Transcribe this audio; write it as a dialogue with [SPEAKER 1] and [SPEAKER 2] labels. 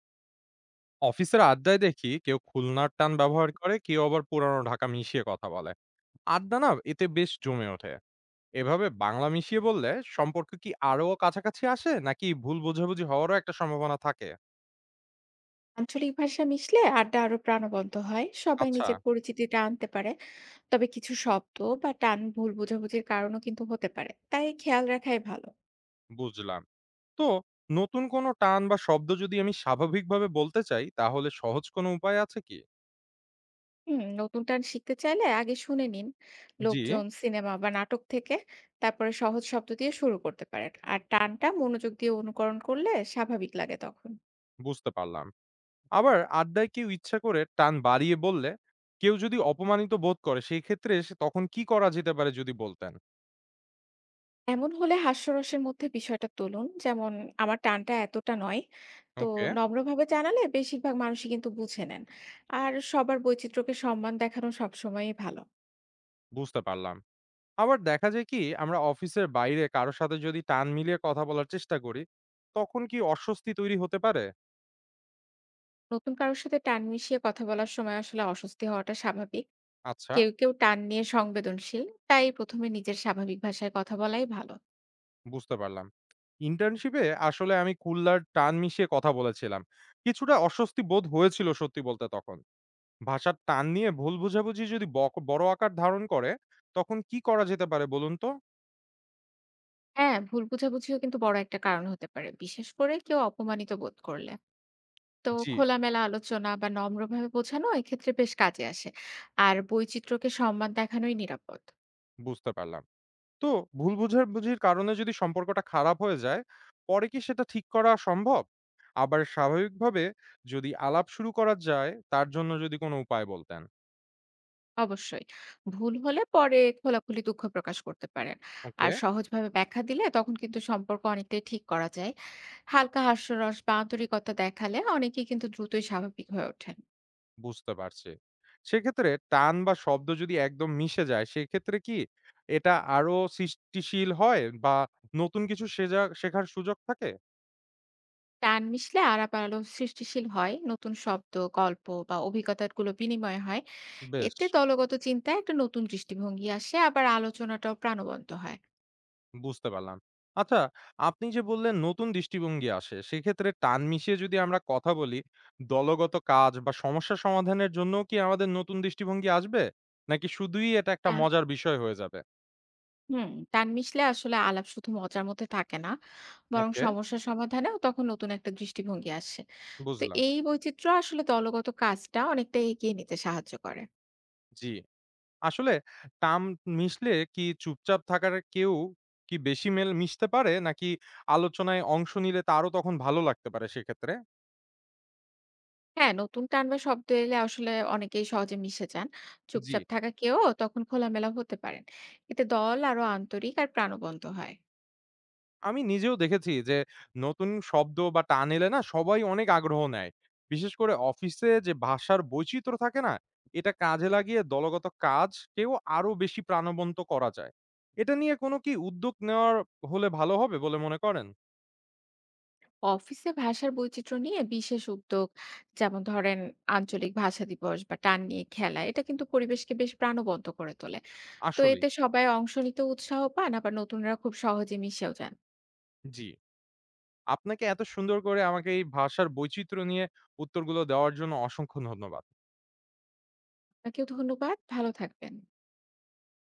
[SPEAKER 1] অফিসের আড্ডায় দেখি কেউ খুলনার টান ব্যবহার করে, কেউ আবার পুরানো ঢাকা মিশিয়ে কথা বলে। আড্ডা না এতে বেশ জমে ওঠে। এভাবে বাংলা মিশিয়ে বললে সম্পর্ক কি আরো কাছাকাছি আসে, নাকি ভুল বোঝাবুঝি হওয়ারও একটা সম্ভাবনা থাকে?
[SPEAKER 2] আঞ্চলিক ভাষা মিশলে আড্ডা আরো প্রাণবন্ত হয়, সবাই
[SPEAKER 1] আচ্ছা।
[SPEAKER 2] নিজের পরিচিতিটা আনতে পারে। তবে কিছু শব্দ বা টান ভুল বোঝাবুঝির কারণও কিন্তু হতে পারে, তাই খেয়াল রাখাই ভালো।
[SPEAKER 1] বুঝলাম। তো নতুন কোনো টান বা শব্দ যদি আমি স্বাভাবিকভাবে বলতে চাই, তাহলে সহজ কোনো উপায় আছে কি?
[SPEAKER 2] নতুন টান শিখতে চাইলে আগে শুনে নিন
[SPEAKER 1] জি।
[SPEAKER 2] লোকজন, সিনেমা বা নাটক থেকে। তারপরে সহজ শব্দ দিয়ে শুরু করতে পারেন, আর টানটা মনোযোগ দিয়ে অনুকরণ করলে স্বাভাবিক লাগে তখন।
[SPEAKER 1] বুঝতে পারলাম। আবার আড্ডায় কেউ ইচ্ছা করে টান বাড়িয়ে বললে, কেউ যদি অপমানিত বোধ করে, সেই ক্ষেত্রে সে তখন কি করা যেতে পারে যদি বলতেন?
[SPEAKER 2] এমন হলে হাস্যরসের মধ্যে বিষয়টা তুলুন। যেমন, "আমার টানটা এতটা নয়।" তো
[SPEAKER 1] ওকে।
[SPEAKER 2] নম্রভাবে জানালে বেশিরভাগ মানুষই কিন্তু বুঝে নেন। আর সবার বৈচিত্র্যকে সম্মান দেখানো সবসময়ই ভালো।
[SPEAKER 1] বুঝতে পারলাম। আবার দেখা যায় কি আমরা অফিসের বাইরে কারো সাথে যদি টান মিলিয়ে কথা বলার চেষ্টা করি, তখন কি অস্বস্তি তৈরি হতে পারে?
[SPEAKER 2] নতুন কারোর সাথে টান মিশিয়ে কথা বলার সময় আসলে অস্বস্তি হওয়াটা স্বাভাবিক।
[SPEAKER 1] আচ্ছা,
[SPEAKER 2] কেউ, কেউ টান নিয়ে সংবেদনশীল। তাই ১ম এ নিজের স্বাভাবিক ভাষায় কথা বলাই ভালো।
[SPEAKER 1] বুঝতে পারলাম। ইন্টার্নশিপে আসলে আমি কুল্লার টান মিশিয়ে কথা বলেছিলাম। কিছুটা অস্বস্তি বোধ হয়েছিল সত্যি বলতে তখন। ভাষার টান নিয়ে ভুল বোঝাবুঝি যদি বড় আকার ধারণ করে, তখন কি করা যেতে পারে বলুন তো?
[SPEAKER 2] হ্যাঁ, ভুল বোঝাবুঝিও কিন্তু বড় একটা কারণ হতে পারে, বিশেষ করে কেউ অপমানিত বোধ করলে। তো
[SPEAKER 1] জি,
[SPEAKER 2] খোলামেলা আলোচনা বা নম্রভাবে বোঝানো এক্ষেত্রে বেশ কাজে আসে। আর বৈচিত্র্যকে সম্মান দেখানোই নিরাপদ।
[SPEAKER 1] বুঝতে পারলাম। তো ভুল বোঝাবুঝির কারণে যদি সম্পর্কটা খারাপ হয়ে যায়, পরে কি সেটা ঠিক করা সম্ভব? আবার স্বাভাবিকভাবে যদি আলাপ শুরু করা যায়, তার জন্য যদি কোনো উপায় বলতেন।
[SPEAKER 2] অবশ্যই, ভুল হলে পরে খোলাখুলি দুঃখ প্রকাশ করতে পারেন।
[SPEAKER 1] ওকে।
[SPEAKER 2] আর সহজভাবে ব্যাখ্যা দিলে তখন কিন্তু সম্পর্ক অনেকটাই ঠিক করা যায়। হালকা হাস্যরস বা আন্তরিকতা দেখালে অনেকেই কিন্তু দ্রুতই স্বাভাবিক হয়ে ওঠেন।
[SPEAKER 1] বুঝতে পারছি। সেক্ষেত্রে টান বা শব্দ যদি একদম মিশে যায়, সেক্ষেত্রে কি এটা আরো সৃষ্টিশীল হয়, বা নতুন কিছু শেখার সুযোগ থাকে?
[SPEAKER 2] টান মিশলে আলাপ আলো সৃষ্টিশীল হয়, নতুন শব্দ, গল্প বা অভিজ্ঞতাগুলো বিনিময় হয়।
[SPEAKER 1] বেশ।
[SPEAKER 2] এতে দলগত চিন্তায় একটা নতুন দৃষ্টিভঙ্গি আসে, আবার আলোচনাটাও প্রাণবন্ত হয়।
[SPEAKER 1] বুঝতে পারলাম। আচ্ছা, আপনি যে বললেন নতুন দৃষ্টিভঙ্গি আসে, সেক্ষেত্রে টান মিশিয়ে যদি আমরা কথা বলি, দলগত কাজ বা সমস্যা সমাধানের জন্যও কি আমাদের নতুন দৃষ্টিভঙ্গি আসবে? নাকি শুধুই এটা একটা মজার বিষয় হয়ে যাবে?
[SPEAKER 2] টান মিশলে আসলে আলাপ শুধু মজার মধ্যে থাকে না, বরং
[SPEAKER 1] ওকে,
[SPEAKER 2] সমস্যা সমাধানেও তখন নতুন একটা দৃষ্টিভঙ্গি আসে। তো
[SPEAKER 1] বুঝলাম।
[SPEAKER 2] এই বৈচিত্র্য আসলে দলগত কাজটা অনেকটা এগিয়ে নিতে সাহায্য করে।
[SPEAKER 1] জি, আসলে টান মিশলে কি চুপচাপ থাকার কেউ কি বেশি মেল মিশতে পারে? নাকি আলোচনায় অংশ নিলে তারও তখন ভালো লাগতে পারে সেক্ষেত্রে?
[SPEAKER 2] হ্যাঁ, নতুন টান বা শব্দ এলে আসলে অনেকেই সহজে মিশে যান।
[SPEAKER 1] জি।
[SPEAKER 2] চুপচাপ থাকা কেউ তখন খোলামেলা হতে পারেন। এতে দল আরো আন্তরিক আর প্রাণবন্ত হয়।
[SPEAKER 1] আমি নিজেও দেখেছি যে নতুন শব্দ বা টান এলে না সবাই অনেক আগ্রহ নেয়। বিশেষ করে অফিসে যে ভাষার বৈচিত্র্য থাকে না, এটা কাজে লাগিয়ে দলগত কাজকেও আরো বেশি প্রাণবন্ত করা যায়। এটা নিয়ে কোনো কি উদ্যোগ নেওয়ার হলে ভালো হবে বলে মনে করেন?
[SPEAKER 2] অফিসে ভাষার বৈচিত্র্য নিয়ে বিশেষ উদ্যোগ, যেমন ধরেন, আঞ্চলিক ভাষা দিবস বা টান নিয়ে খেলা, এটা কিন্তু পরিবেশকে বেশ প্রাণবন্ত করে তোলে। তো
[SPEAKER 1] আসলেই,
[SPEAKER 2] এতে সবাই অংশ নিতে উৎসাহ পান, আবার নতুনরা খুব সহজে মিশেও যান।
[SPEAKER 1] জি। আপনাকে এত সুন্দর করে আমাকে এই ভাষার বৈচিত্র্য নিয়ে উত্তরগুলো দেওয়ার জন্য অসংখ্য ধন্যবাদ।
[SPEAKER 2] আপনাকেও ধন্যবাদ। ভালো থাকবেন।